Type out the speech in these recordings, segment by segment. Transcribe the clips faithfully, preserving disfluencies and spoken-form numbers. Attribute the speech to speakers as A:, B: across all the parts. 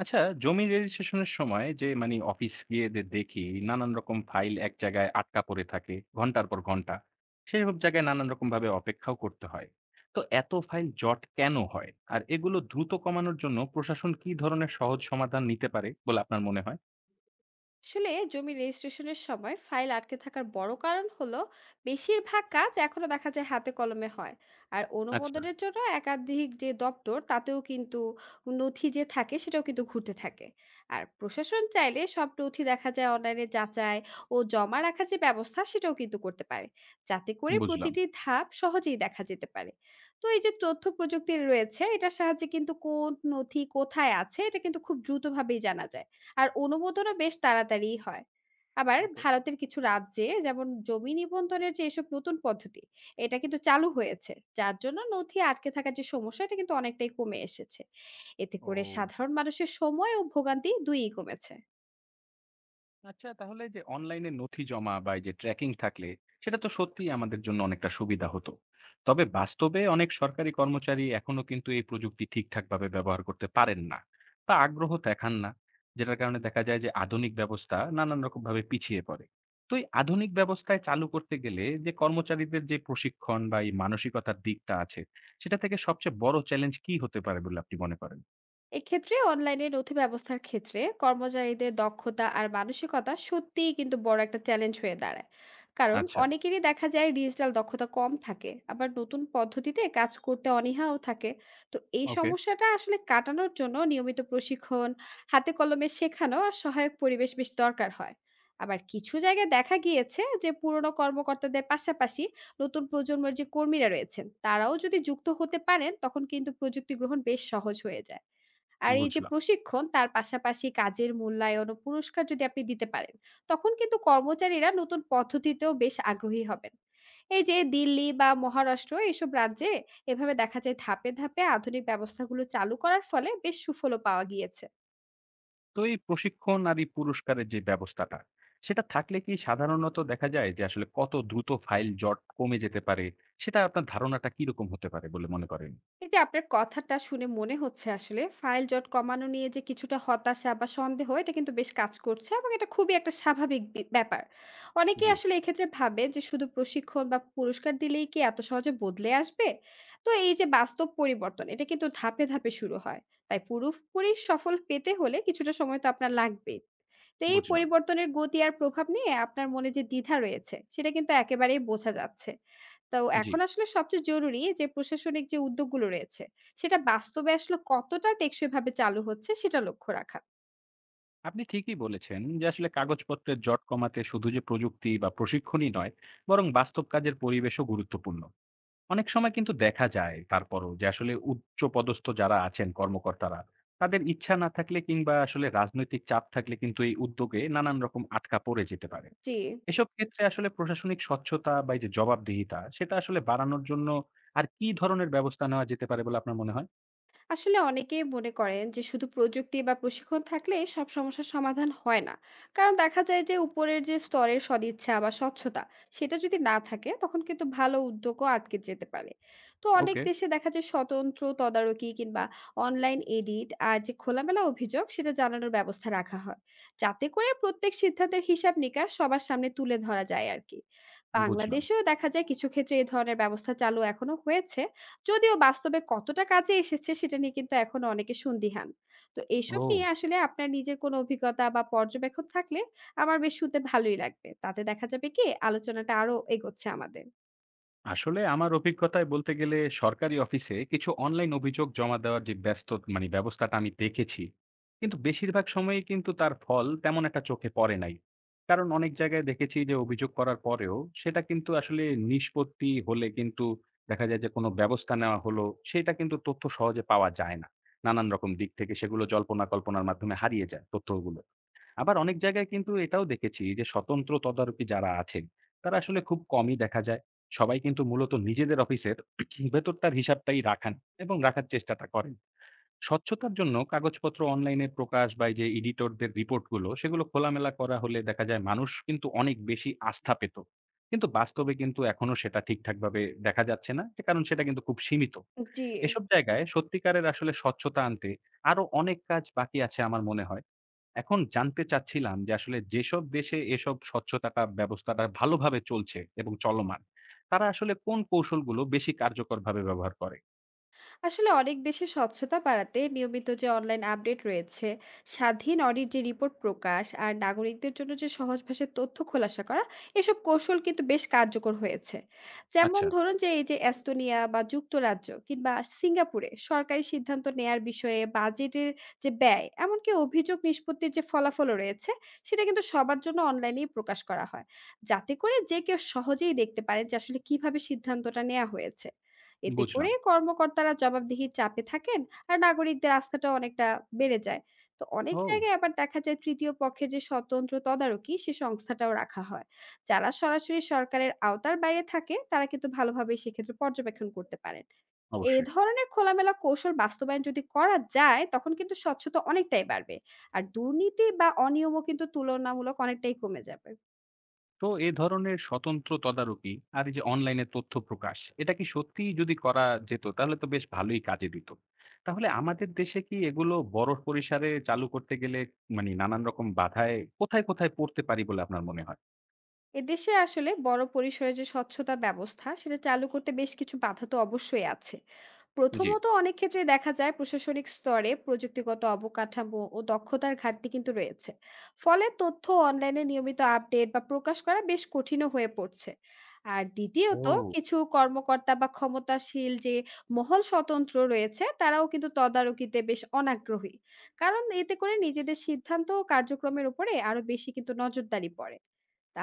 A: আচ্ছা। জমি রেজিস্ট্রেশনের সময় যে মানে অফিস গিয়ে দে- দেখি নানান রকম ফাইল এক জায়গায় আটকা পড়ে থাকে ঘন্টার পর ঘন্টা। সেসব জায়গায় নানান রকম ভাবে অপেক্ষাও করতে হয়। তো এত ফাইল জট কেন হয় আর এগুলো দ্রুত কমানোর জন্য প্রশাসন কি ধরনের সহজ সমাধান নিতে পারে বলে আপনার মনে হয়?
B: আসলে জমি রেজিস্ট্রেশনের সময় ফাইল আটকে থাকার বড় কারণ হলো বেশিরভাগ কাজ এখনো দেখা যায় হাতে কলমে হয় আর
A: আচ্ছা।
B: অনুমোদনের জন্য একাধিক যে দপ্তর তাতেও কিন্তু নথি যে থাকে সেটাও কিন্তু ঘুরতে থাকে আর প্রশাসন চাইলে সব নথি দেখা যায় অনলাইনে যাচাই ও জমা রাখার যে ব্যবস্থা সেটাও কিন্তু করতে পারে যাতে করে
A: বুঝলাম।
B: প্রতিটি ধাপ সহজেই দেখা যেতে পারে তো এই যে তথ্য প্রযুক্তি রয়েছে এটার সাহায্যে কিন্তু কোন নথি কোথায় আছে এটা কিন্তু খুব দ্রুতভাবেই জানা যায় আর অনুমোদনও বেশ তাড়াতাড়িই হয়। আবার
A: ওকে।
B: ভারতের কিছু রাজ্যে যেমন জমি নিবন্ধনের যে এসব নতুন পদ্ধতি, এটা কিন্তু চালু হয়েছে। যার জন্য নথি আটকে থাকার যে সমস্যা, এটা কিন্তু অনেকটাই কমে এসেছে। এতে করে
A: ও।
B: সাধারণ মানুষের সময় ও ভোগান্তি দুইই কমেছে।
A: আচ্ছা, তাহলে যে অনলাইনে নথি জমা বা এই যে ট্র্যাকিং থাকলে সেটা তো সত্যিই আমাদের জন্য অনেকটা সুবিধা হতো। তবে বাস্তবে অনেক সরকারি কর্মচারী এখনো কিন্তু এই প্রযুক্তি ঠিকঠাক ভাবে ব্যবহার করতে পারেন না বা আগ্রহ দেখান না, যেটার কারণে দেখা যায় যে আধুনিক ব্যবস্থা নানান রকম ভাবে পিছিয়ে পড়ে। তো এই আধুনিক ব্যবস্থায় চালু করতে গেলে যে কর্মচারীদের যে প্রশিক্ষণ বা এই মানসিকতার দিকটা আছে, সেটা থেকে সবচেয়ে বড় চ্যালেঞ্জ কি হতে পারে বলে আপনি মনে করেন?
B: এক্ষেত্রে অনলাইনে নথি ব্যবস্থার ক্ষেত্রে কর্মচারীদের দক্ষতা আর মানসিকতা সত্যিই কিন্তু বড় একটা চ্যালেঞ্জ হয়ে দাঁড়ায়। কারণ
A: আচ্ছা।
B: অনেকেরই দেখা যায় ডিজিটাল দক্ষতা কম থাকে আবার নতুন পদ্ধতিতে কাজ করতে অনীহাও থাকে। তো এই
A: ওকে।
B: সমস্যাটা আসলে কাটানোর জন্য নিয়মিত প্রশিক্ষণ হাতে কলমে শেখানো আর সহায়ক পরিবেশ বেশ দরকার হয়। আবার কিছু জায়গায় দেখা গিয়েছে যে পুরনো কর্মকর্তাদের পাশাপাশি নতুন প্রজন্মের যে কর্মীরা রয়েছেন তারাও যদি যুক্ত হতে পারেন তখন কিন্তু প্রযুক্তি গ্রহণ বেশ সহজ হয়ে যায়। আর এই যে
A: বুঝলাম।
B: প্রশিক্ষণ তার পাশাপাশি কাজের মূল্যায়ন ও পুরস্কার যদি আপনি দিতে পারেন তখন কিন্তু কর্মচারীরা নতুন পদ্ধতিতেও বেশ আগ্রহী হবেন। এই যে দিল্লি বা মহারাষ্ট্র এসব রাজ্যে এভাবে দেখা যায় ধাপে ধাপে আধুনিক ব্যবস্থাগুলো চালু করার ফলে বেশ সুফলও পাওয়া গিয়েছে।
A: তো এই প্রশিক্ষণ আর এই পুরস্কারের যে ব্যবস্থাটা, সেটা থাকলে কি সাধারণত দেখা যায় যে আসলে কত দ্রুত ফাইল জট কমে যেতে পারে? সেটা আপনার ধারণাটা কিরকম হতে পারে বলে মনে করেন?
B: এই যে আপনার কথাটা শুনে মনে হচ্ছে আসলে ফাইল জট কমানো নিয়ে যে কিছুটা হতাশা বা সন্দেহ এটা কিন্তু বেশ কাজ করছে এবং এটা খুবই একটা স্বাভাবিক বি- ব্যাপার। অনেকেই
A: জি।
B: আসলে এক্ষেত্রে ভাবে যে শুধু প্রশিক্ষণ বা পুরস্কার দিলেই কি এত সহজে বদলে আসবে। তো এই যে বাস্তব পরিবর্তন এটা কিন্তু ধাপে ধাপে শুরু হয়। তাই পুরোপুরি সফল পেতে হলে কিছুটা সময় তো আপনার লাগবে। তো এই
A: বুঝলাম।
B: পরিবর্তনের গতি আর প্রভাব নিয়ে আপনার মনে যে দ্বিধা রয়েছে সেটা কিন্তু একেবারেই বোঝা যাচ্ছে। তো
A: জি।
B: এখন আসলে সবচেয়ে জরুরি যে প্রশাসনিক যে উদ্যোগগুলো রয়েছে, সেটা বাস্তবে আসলে কতটা টেকসইভাবে চালু হচ্ছে সেটা লক্ষ্য রাখা।
A: আপনি ঠিকই বলেছেন যে আসলে কাগজপত্রের জট কমাতে শুধু যে প্রযুক্তি বা প্রশিক্ষণই নয়, বরং বাস্তব কাজের পরিবেশও গুরুত্বপূর্ণ। অনেক সময় কিন্তু দেখা যায় তারপরও যে আসলে উচ্চ পদস্থ যারা আছেন কর্মকর্তারা, তাদের ইচ্ছা না থাকলে কিংবা আসলে রাজনৈতিক চাপ থাকলে কিন্তু এই উদ্যোগে নানান রকম আটকা পড়ে যেতে পারে।
B: জি।
A: এসব ক্ষেত্রে আসলে প্রশাসনিক স্বচ্ছতা বা এই যে জবাবদিহিতা সেটা আসলে বাড়ানোর জন্য আর কি ধরনের ব্যবস্থা নেওয়া যেতে পারে বলে আপনার মনে হয়?
B: আসলে অনেকেই মনে করেন যে শুধু প্রযুক্তি বা প্রশিক্ষণ থাকলে সব সমস্যার সমাধান হয় না। কারণ দেখা যায় যে উপরের যে স্তরের সদিচ্ছা বা স্বচ্ছতা সেটা যদি না থাকে তখন কিন্তু ভালো উদ্যোগও আটকে যেতে পারে। তো অনেক
A: ওকে,
B: দেশে দেখা যায় স্বতন্ত্র তদারকি কিংবা অনলাইন এডিট আর যে খোলামেলা অভিযোগ সেটা জানানোর ব্যবস্থা রাখা হয় যাতে করে প্রত্যেক সিদ্ধান্তের হিসাব নিকাশ সবার সামনে তুলে ধরা যায় আর কি।
A: বুঝলাম।
B: বাংলাদেশেও দেখা যায় কিছু ক্ষেত্রে এই ধরনের ব্যবস্থা চালু এখনো হয়েছে। যদিও বাস্তবে কতটা কাজে এসেছে সেটা নিয়ে কিন্তু এখনো অনেকে সন্দিহান। তো এইসব
A: ও।
B: নিয়ে আসলে আপনার নিজের কোনো অভিজ্ঞতা বা পর্যবেক্ষণ থাকলে আমার বেশ শুনতে ভালোই লাগবে। তাতে দেখা যাবে কি আলোচনাটা আরো এগোচ্ছে আমাদের।
A: আসলে আমার অভিজ্ঞতায় বলতে গেলে সরকারি অফিসে কিছু অনলাইন অভিযোগ জমা দেওয়ার যে ব্যস্ত মানে ব্যবস্থাটা আমি দেখেছি, কিন্তু বেশিরভাগ সময়ই কিন্তু তার ফল তেমন একটা চোখে পড়ে নাই। কারণ অনেক জায়গায় দেখেছি যে অভিযোগ করার পরেও সেটা কিন্তু আসলে নিষ্পত্তি হলে কিন্তু দেখা যায় যে কোনো ব্যবস্থা নেওয়া হলো সেটা কিন্তু তথ্য সহজে পাওয়া যায় না। নানান রকম দিক থেকে সেগুলো জল্পনা কল্পনার মাধ্যমে হারিয়ে যায় তথ্যগুলো। আবার অনেক জায়গায় কিন্তু এটাও দেখেছি যে স্বতন্ত্র তদারকি যারা আছেন তারা আসলে খুব কমই দেখা যায়। সবাই কিন্তু মূলত নিজেদের অফিসের ভেতরটার হিসাবটাই রাখান এবং রাখার চেষ্টাটা করেন। স্বচ্ছতার জন্য কাগজপত্র অনলাইনে প্রকাশ বা এই যে এডিটরদের রিপোর্টগুলো সেগুলো খোলামেলা করা হলে দেখা যায় মানুষ কিন্তু অনেক বেশি আস্থা পেত। কিন্তু বাস্তবে কিন্তু এখনো সেটা ঠিকঠাকভাবে দেখা যাচ্ছে না। সে কারণ সেটা কিন্তু খুব সীমিত।
B: জি।
A: এসব জায়গায় সত্যিকারের আসলে স্বচ্ছতা আনতে আরো অনেক কাজ বাকি আছে আমার মনে হয়। এখন জানতে চাচ্ছিলাম যে আসলে যেসব দেশে এসব স্বচ্ছতাটা ব্যবস্থাটা ভালোভাবে চলছে এবং চলমান, তারা আসলে কোন কৌশলগুলো বেশি কার্যকরভাবে ব্যবহার করে?
B: আসলে অনেক দেশে স্বচ্ছতা বাড়াতে নিয়মিত যে অনলাইন আপডেট রয়েছে স্বাধীন অডিট যে রিপোর্ট প্রকাশ আর নাগরিকদের জন্য যে সহজ ভাষায় তথ্য খোলাসা করা এসব কৌশল কিন্তু বেশ কার্যকর হয়েছে। যেমন
A: আচ্ছা,
B: ধরুন যে এই যে এস্তোনিয়া বা যুক্তরাজ্য কিংবা সিঙ্গাপুরে সরকারি সিদ্ধান্ত নেয়ার বিষয়ে বাজেটের যে ব্যয় এমনকি অভিযোগ নিষ্পত্তির যে ফলাফলও রয়েছে সেটা কিন্তু সবার জন্য অনলাইনেই প্রকাশ করা হয় যাতে করে যে কেউ সহজেই দেখতে পারে যে আসলে কিভাবে সিদ্ধান্তটা নেওয়া হয়েছে। এতে
A: বুঝলাম।
B: করে কর্মকর্তারা জবাবদিহির চাপে থাকেন আর নাগরিকদের আস্থাটা অনেকটা বেড়ে যায়। তো অনেক
A: ও!
B: জায়গায় আবার দেখা যায় তৃতীয় পক্ষের যে স্বতন্ত্র তদারকি সে সংস্থাটাও রাখা হয় যারা সরাসরি সরকারের আওতার বাইরে থাকে তারা কিন্তু ভালোভাবে সেক্ষেত্রে পর্যবেক্ষণ করতে পারেন। এই
A: অবশ্যই।
B: ধরনের খোলামেলা কৌশল বাস্তবায়ন যদি করা যায় তখন কিন্তু স্বচ্ছতা অনেকটাই বাড়বে আর দুর্নীতি বা অনিয়মও কিন্তু তুলনামূলক অনেকটাই কমে যাবে।
A: তো এ ধরনের স্বতন্ত্র তদারকি আর এই যে অনলাইনে তথ্য প্রকাশ, এটা কি সত্যিই যদি করা যেত তাহলে তো বেশ ভালোই কাজে দিত। তাহলে আমাদের দেশে কি এগুলো বড় পরিসরে চালু করতে গেলে মানে নানান রকম বাধায় কোথায়, কোথায় পড়তে পারি বলে আপনার মনে হয়?
B: এদেশে আসলে বড় পরিসরে যে স্বচ্ছতা ব্যবস্থা সেটা চালু করতে বেশ কিছু বাধা তো অবশ্যই আছে।
A: জি।
B: প্রথমত অনেক ক্ষেত্রে দেখা যায় প্রশাসনিক স্তরে প্রযুক্তিগত অবকাঠামো ও দক্ষতার ঘাটতি কিন্তু রয়েছে ফলে তথ্য অনলাইনে নিয়মিত আপডেট বা প্রকাশ করা বেশ কঠিনও হয়ে পড়ছে। আর দ্বিতীয়ত
A: ও!
B: কিছু কর্মকর্তা বা ক্ষমতাশীল যে মহল স্বতন্ত্র রয়েছে তারাও কিন্তু তদারকিতে বেশ অনাগ্রহী কারণ এতে করে নিজেদের সিদ্ধান্ত ও কার্যক্রমের উপরে আরো বেশি কিন্তু নজরদারি পড়ে।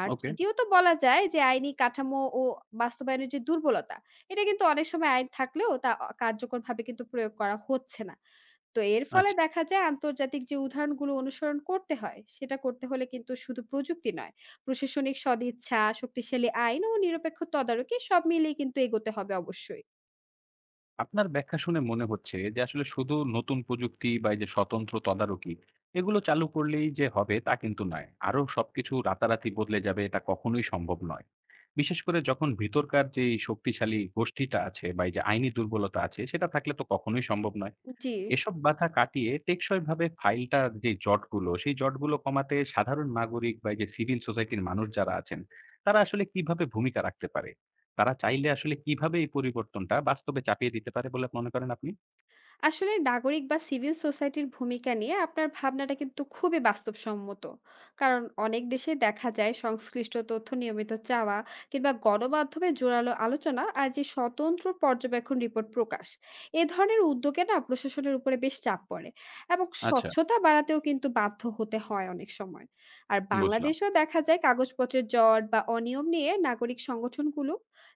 B: আর
A: ওকে।
B: তৃতীয়ত বলা যায় যে আইনি কাঠামো ও বাস্তবায়নের যে দুর্বলতা, এটা কিন্তু অনেক সময় আইন থাকলেও তা অ কার্যকরভাবে কিন্তু প্রয়োগ করা হচ্ছে না। তো এর ফলে
A: আচ্ছা।
B: দেখা যায় আন্তর্জাতিক যে উদাহরণগুলো অনুসরণ করতে হয়, সেটা করতে হলে কিন্তু শুধু প্রযুক্তি নয়, প্রশাসনিক সদিচ্ছা, শক্তিশালী আইন ও নিরপেক্ষ তদারকি সব মিলিয়ে কিন্তু এগোতে হবে অবশ্যই।
A: আপনার ব্যাখ্যা শুনে মনে হচ্ছে যে আসলে শুধু নতুন প্রযুক্তি বা এই যে স্বতন্ত্র তদারকি এগুলো চালু করলেই যে হবে তা কিন্তু নয়, আরো সবকিছু রাতারাতি বদলে যাবে এটা কখনোই সম্ভব নয়। বিশেষ করে যখন ভিতরকার যে এই শক্তিশালী গোষ্ঠীটা আছে বা এই যে আইনি দুর্বলতা আছে সেটা থাকলে তো কখনোই সম্ভব নয়।
B: জি।
A: এসব বাধা কাটিয়ে টেকসইভাবে ফাইলটার যে জটগুলো, সেই জটগুলো কমাতে সাধারণ নাগরিক বা এই যে সিভিল সোসাইটির মানুষ যারা আছেন, তারা আসলে কিভাবে ভূমিকা রাখতে পারে? তারা চাইলে আসলে কিভাবে এই পরিবর্তনটা বাস্তবে চাপিয়ে দিতে পারে বলে মনে করেন আপনি?
B: আসলে নাগরিক বা সিভিল সোসাইটির ভূমিকা নিয়ে আপনার ভাবনাটা কিন্তু খুবই বাস্তবসম্মত। কারণ অনেক দেশে দেখা যায় সংশ্লিষ্ট তথ্য নিয়মিত চাওয়া কিংবা গণমাধ্যমে জোরালো আলোচনা আর যে স্বতন্ত্র পর্যবেক্ষণ রিপোর্ট প্রকাশ এ ধরনের উদ্যোগে না প্রশাসনের উপরে বেশ চাপ পড়ে এবং
A: আচ্ছা,
B: স্বচ্ছতা বাড়াতেও কিন্তু বাধ্য হতে হয় অনেক সময়। আর
A: বুঝলাম।
B: বাংলাদেশেও দেখা যায় কাগজপত্রের জট বা অনিয়ম নিয়ে নাগরিক সংগঠনগুলো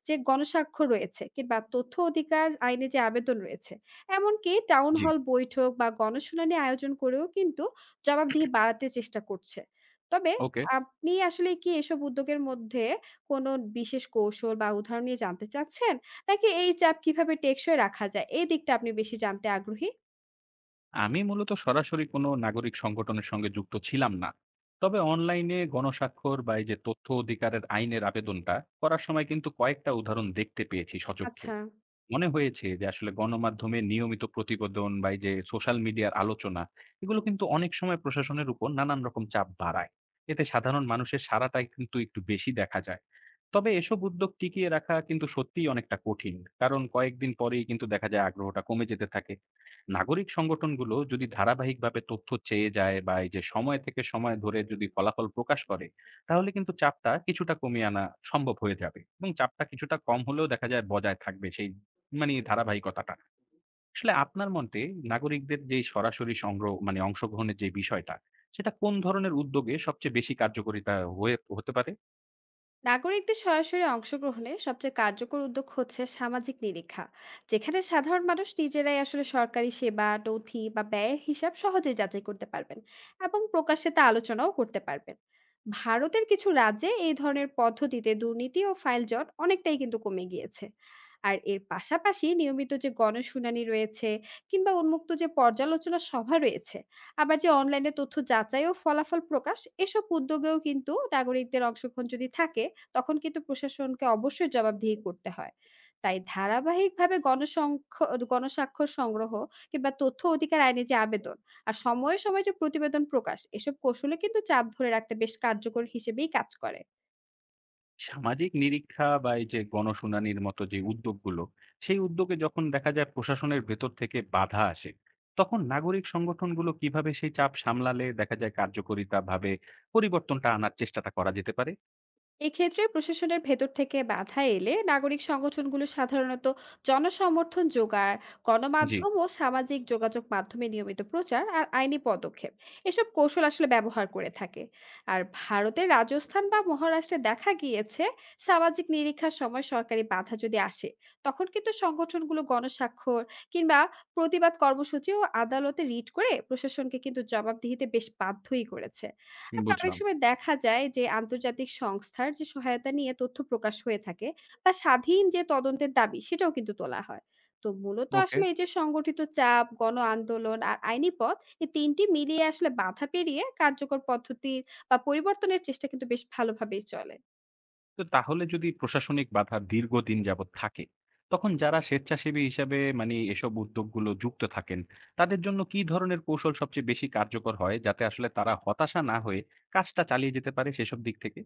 B: যে গণস্বাক্ষর রয়েছে কিংবা তথ্য অধিকার আইনে যে আবেদন রয়েছে এমনকি টাউন
A: জি,
B: হল বৈঠক বা গণশুনানি আয়োজন করেও কিন্তু জবাবদিহি বাড়াতে চেষ্টা করছে। তবে
A: ওকে।
B: আপনি আসলে কি এসব উদ্যোগের মধ্যে কোনো বিশেষ কৌশল বা উদাহরণ নিয়ে জানতে চাচ্ছেন? নাকি এই চাপ কিভাবে টেকসই রাখা যায়, এই দিকটা আপনি বেশি জানতে আগ্রহী?
A: আমি মূলত সরাসরি কোনো নাগরিক সংগঠনের সঙ্গে যুক্ত ছিলাম না, তবে অনলাইনে গণস্বাক্ষর বা এই যে তথ্য অধিকারের আইনের আবেদনটা করার সময় কিন্তু কয়েকটা উদাহরণ দেখতে পেয়েছি সচক্ষে।
B: আচ্ছা।
A: মনে হয়েছে যে আসলে গণমাধ্যমে নিয়মিত প্রতিবেদন বা এই যে সোশ্যাল মিডিয়ার আলোচনা এগুলো কিন্তু অনেক সময় প্রশাসনের উপর নানান রকম চাপ বাড়ায়। এতে সাধারণ মানুষের সারাটাই কিন্তু একটু বেশি দেখা যায়। তবে এসব উদ্যোগ টিকিয়ে রাখা কিন্তু সত্যিই অনেকটা কঠিন, কারণ কয়েকদিন পরেই কিন্তু দেখা যায় আগ্রহটা কমে যেতে থাকে। নাগরিক সংগঠনগুলো যদি ধারাবাহিকভাবে তথ্য চেয়ে যায় বা এই যে সময় থেকে সময় ধরে যদি ফলাফল প্রকাশ করে তাহলে কিন্তু চাপটা কিছুটা কমিয়ে আনা সম্ভব হয়ে যাবে, এবং চাপটা কিছুটা কম হলেও দেখা যায় বজায় থাকবে সেই মানে ধারাবাহিকতাটা। আসলে আপনার মতে নাগরিকদের যে সরাসরি সংগ্রহ মানে অংশগ্রহণের যে বিষয়টা, সেটা কোন ধরনের উদ্যোগে সবচেয়ে বেশি কার্যকরিতা হয়ে হতে পারে?
B: নাগরিকদের সরাসরি অংশগ্রহণে সবচেয়ে কার্যকর উদ্যোগ হচ্ছে সামাজিক নিরীক্ষা যেখানে সাধারণ মানুষ নিজেরাই আসলে সরকারি সেবা নথি বা ব্যয়ের হিসাব সহজে যাচাই করতে পারবেন এবং প্রকাশ্যে তা আলোচনাও করতে পারবেন। ভারতের কিছু রাজ্যে এই ধরনের পদ্ধতিতে দুর্নীতি ও ফাইল জট অনেকটাই কিন্তু কমে গিয়েছে। আর এর পাশাপাশি নিয়মিত যে গণশুনানি রয়েছে কিংবা উন্মুক্ত যে পর্যালোচনা সভা রয়েছে আবার যে অনলাইনে তথ্য যাচাই ও ফলাফল প্রকাশ এসব উদ্যোগেও কিন্তু নাগরিকদের অংশগ্রহণ যদি থাকে তখন কিন্তু প্রশাসনকে অবশ্যই জবাবদিহি করতে হয়। তাই ধারাবাহিকভাবে গণসংখ গণস্বাক্ষর সংগ্রহ কিংবা তথ্য অধিকার আইনে যে আবেদন আর সময়ে, সময়ে যে প্রতিবেদন প্রকাশ, এসব কৌশলে কিন্তু চাপ ধরে রাখতে বেশ কার্যকর হিসেবেই কাজ করে।
A: সামাজিক নিরীক্ষা বা এই যে গণশুনানির মতো যে উদ্যোগগুলো সেই উদ্যোগে যখন দেখা যায় প্রশাসনের ভেতর থেকে বাধা আসে তখন নাগরিক সংগঠনগুলো কিভাবে সেই চাপ সামলালে দেখা যায় কার্যকরিতা ভাবে পরিবর্তনটা আনার চেষ্টাটা করা যেতে পারে?
B: এক্ষেত্রে প্রশাসনের ভেতর থেকে বাধা এলে নাগরিক সংগঠনগুলো সাধারণত জনসমর্থন জোগাড়
A: জি।
B: গণমাধ্যম ও সামাজিক যোগাযোগ মাধ্যমে নিয়মিত প্রচার আর আইনি পদক্ষেপ এসব কৌশল আসলে ব্যবহার করে থাকে। আর ভারতের রাজস্থান বা মহারাষ্ট্রে দেখা গিয়েছে সামাজিক নিরীক্ষার সময় সরকারি বাধা যদি আসে তখন কিন্তু সংগঠনগুলো গণস্বাক্ষর কিংবা প্রতিবাদ কর্মসূচি ও আদালতে রিট করে প্রশাসনকে কিন্তু জবাবদিহিতে বেশ বাধ্যই করেছে। আবার অনেক
A: বুঝলাম।
B: সময় দেখা যায় যে আন্তর্জাতিক সংস্থার যে সহায়তা নিয়ে তথ্য প্রকাশ হয়ে থাকে বা স্বাধীন যে তদন্তের দাবি সেটাও কিন্তু তোলা হয়। তো মূলত
A: ওকে।
B: আসলে এই যে সংগঠিত চাপ গণ আন্দোলন আর আইনি পথ এই তিনটি মিলিয়ে আসলে বাধা পেরিয়ে কার্যকর পদ্ধতি বা পরিবর্তনের চেষ্টা কিন্তু বেশ ভালোভাবেই চলে।
A: তো তাহলে যদি প্রশাসনিক বাধা দীর্ঘদিন যাবৎ থাকে তখন যারা স্বেচ্ছাসেবী হিসাবে মানে এসব উদ্যোগগুলো যুক্ত থাকেন তাদের জন্য কি ধরনের কৌশল সবচেয়ে বেশি কার্যকর হয় যাতে আসলে তারা হতাশা না হয়ে কাজটা চালিয়ে যেতে পারে সেসব দিক থেকে?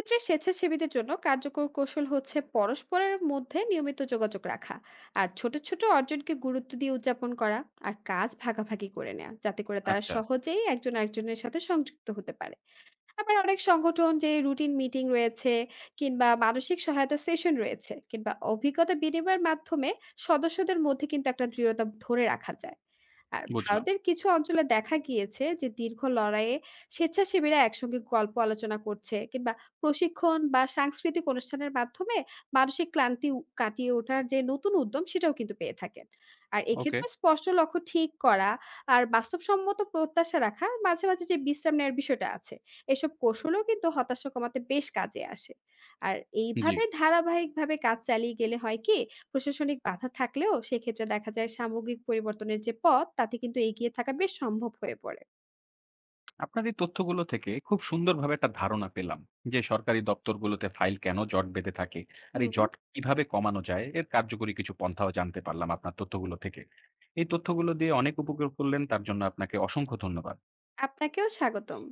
B: এক্ষেত্রে স্বেচ্ছাসেবীদের জন্য কার্যকর কৌশল হচ্ছে পরস্পরের মধ্যে নিয়মিত যোগাযোগ রাখা আর ছোট ছোট অর্জনকে গুরুত্ব দিয়ে উদযাপন করা আর কাজ ভাগাভাগি করে নেওয়া যাতে করে তারা
A: আচ্ছা,
B: সহজেই একজন আরেকজনের সাথে সংযুক্ত হতে পারে। আবার অনেক সংগঠন যে রুটিন মিটিং রয়েছে কিংবা মানসিক সহায়তা সেশন রয়েছে কিংবা অভিজ্ঞতা বিনিময়ের মাধ্যমে সদস্যদের মধ্যে কিন্তু একটা দৃঢ়তা ধরে রাখা যায়। আর
A: বুঝলাম।
B: ভারতের কিছু অঞ্চলে দেখা গিয়েছে যে দীর্ঘ লড়াইয়ে স্বেচ্ছাসেবীরা একসঙ্গে গল্প আলোচনা করছে কিংবা প্রশিক্ষণ বা সাংস্কৃতিক অনুষ্ঠানের মাধ্যমে মানসিক ক্লান্তি উ- কাটিয়ে ওঠার যে নতুন উদ্যম সেটাও কিন্তু পেয়ে থাকেন। আর
A: ওকে,
B: এক্ষেত্রে স্পষ্ট লক্ষ্য ঠিক করা আর বাস্তবসম্মত প্রত্যাশা রাখা মাঝে মাঝে যে বিশ্রাম নেওয়ার বিষয়টা আছে এসব কৌশলও কিন্তু হতাশা কমাতে বেশ কাজে আসে। আর
A: জি।
B: এইভাবে ধারাবাহিকভাবে কাজ চালিয়ে গেলে হয় কি, প্রশাসনিক বাধা থাকলেও সেক্ষেত্রে দেখা যায় সামগ্রিক পরিবর্তনের যে পথ, তাতে কিন্তু এগিয়ে থাকা বেশ সম্ভব হয়ে পড়ে।
A: আপনার এই তথ্যগুলো থেকে খুব সুন্দরভাবে একটা ধারণা পেলাম যে সরকারি দপ্তরগুলোতে ফাইল কেন জট বেঁধে থাকে আর এই
B: হুম,
A: জট কিভাবে কমানো যায় এর কার্যকরী কিছু পন্থাও জানতে পারলাম আপনার তথ্যগুলো থেকে। এই তথ্যগুলো দিয়ে অনেক উপকার করলেন তার জন্য আপনাকে অসংখ্য ধন্যবাদ।
B: আপনাকেও স্বাগতম।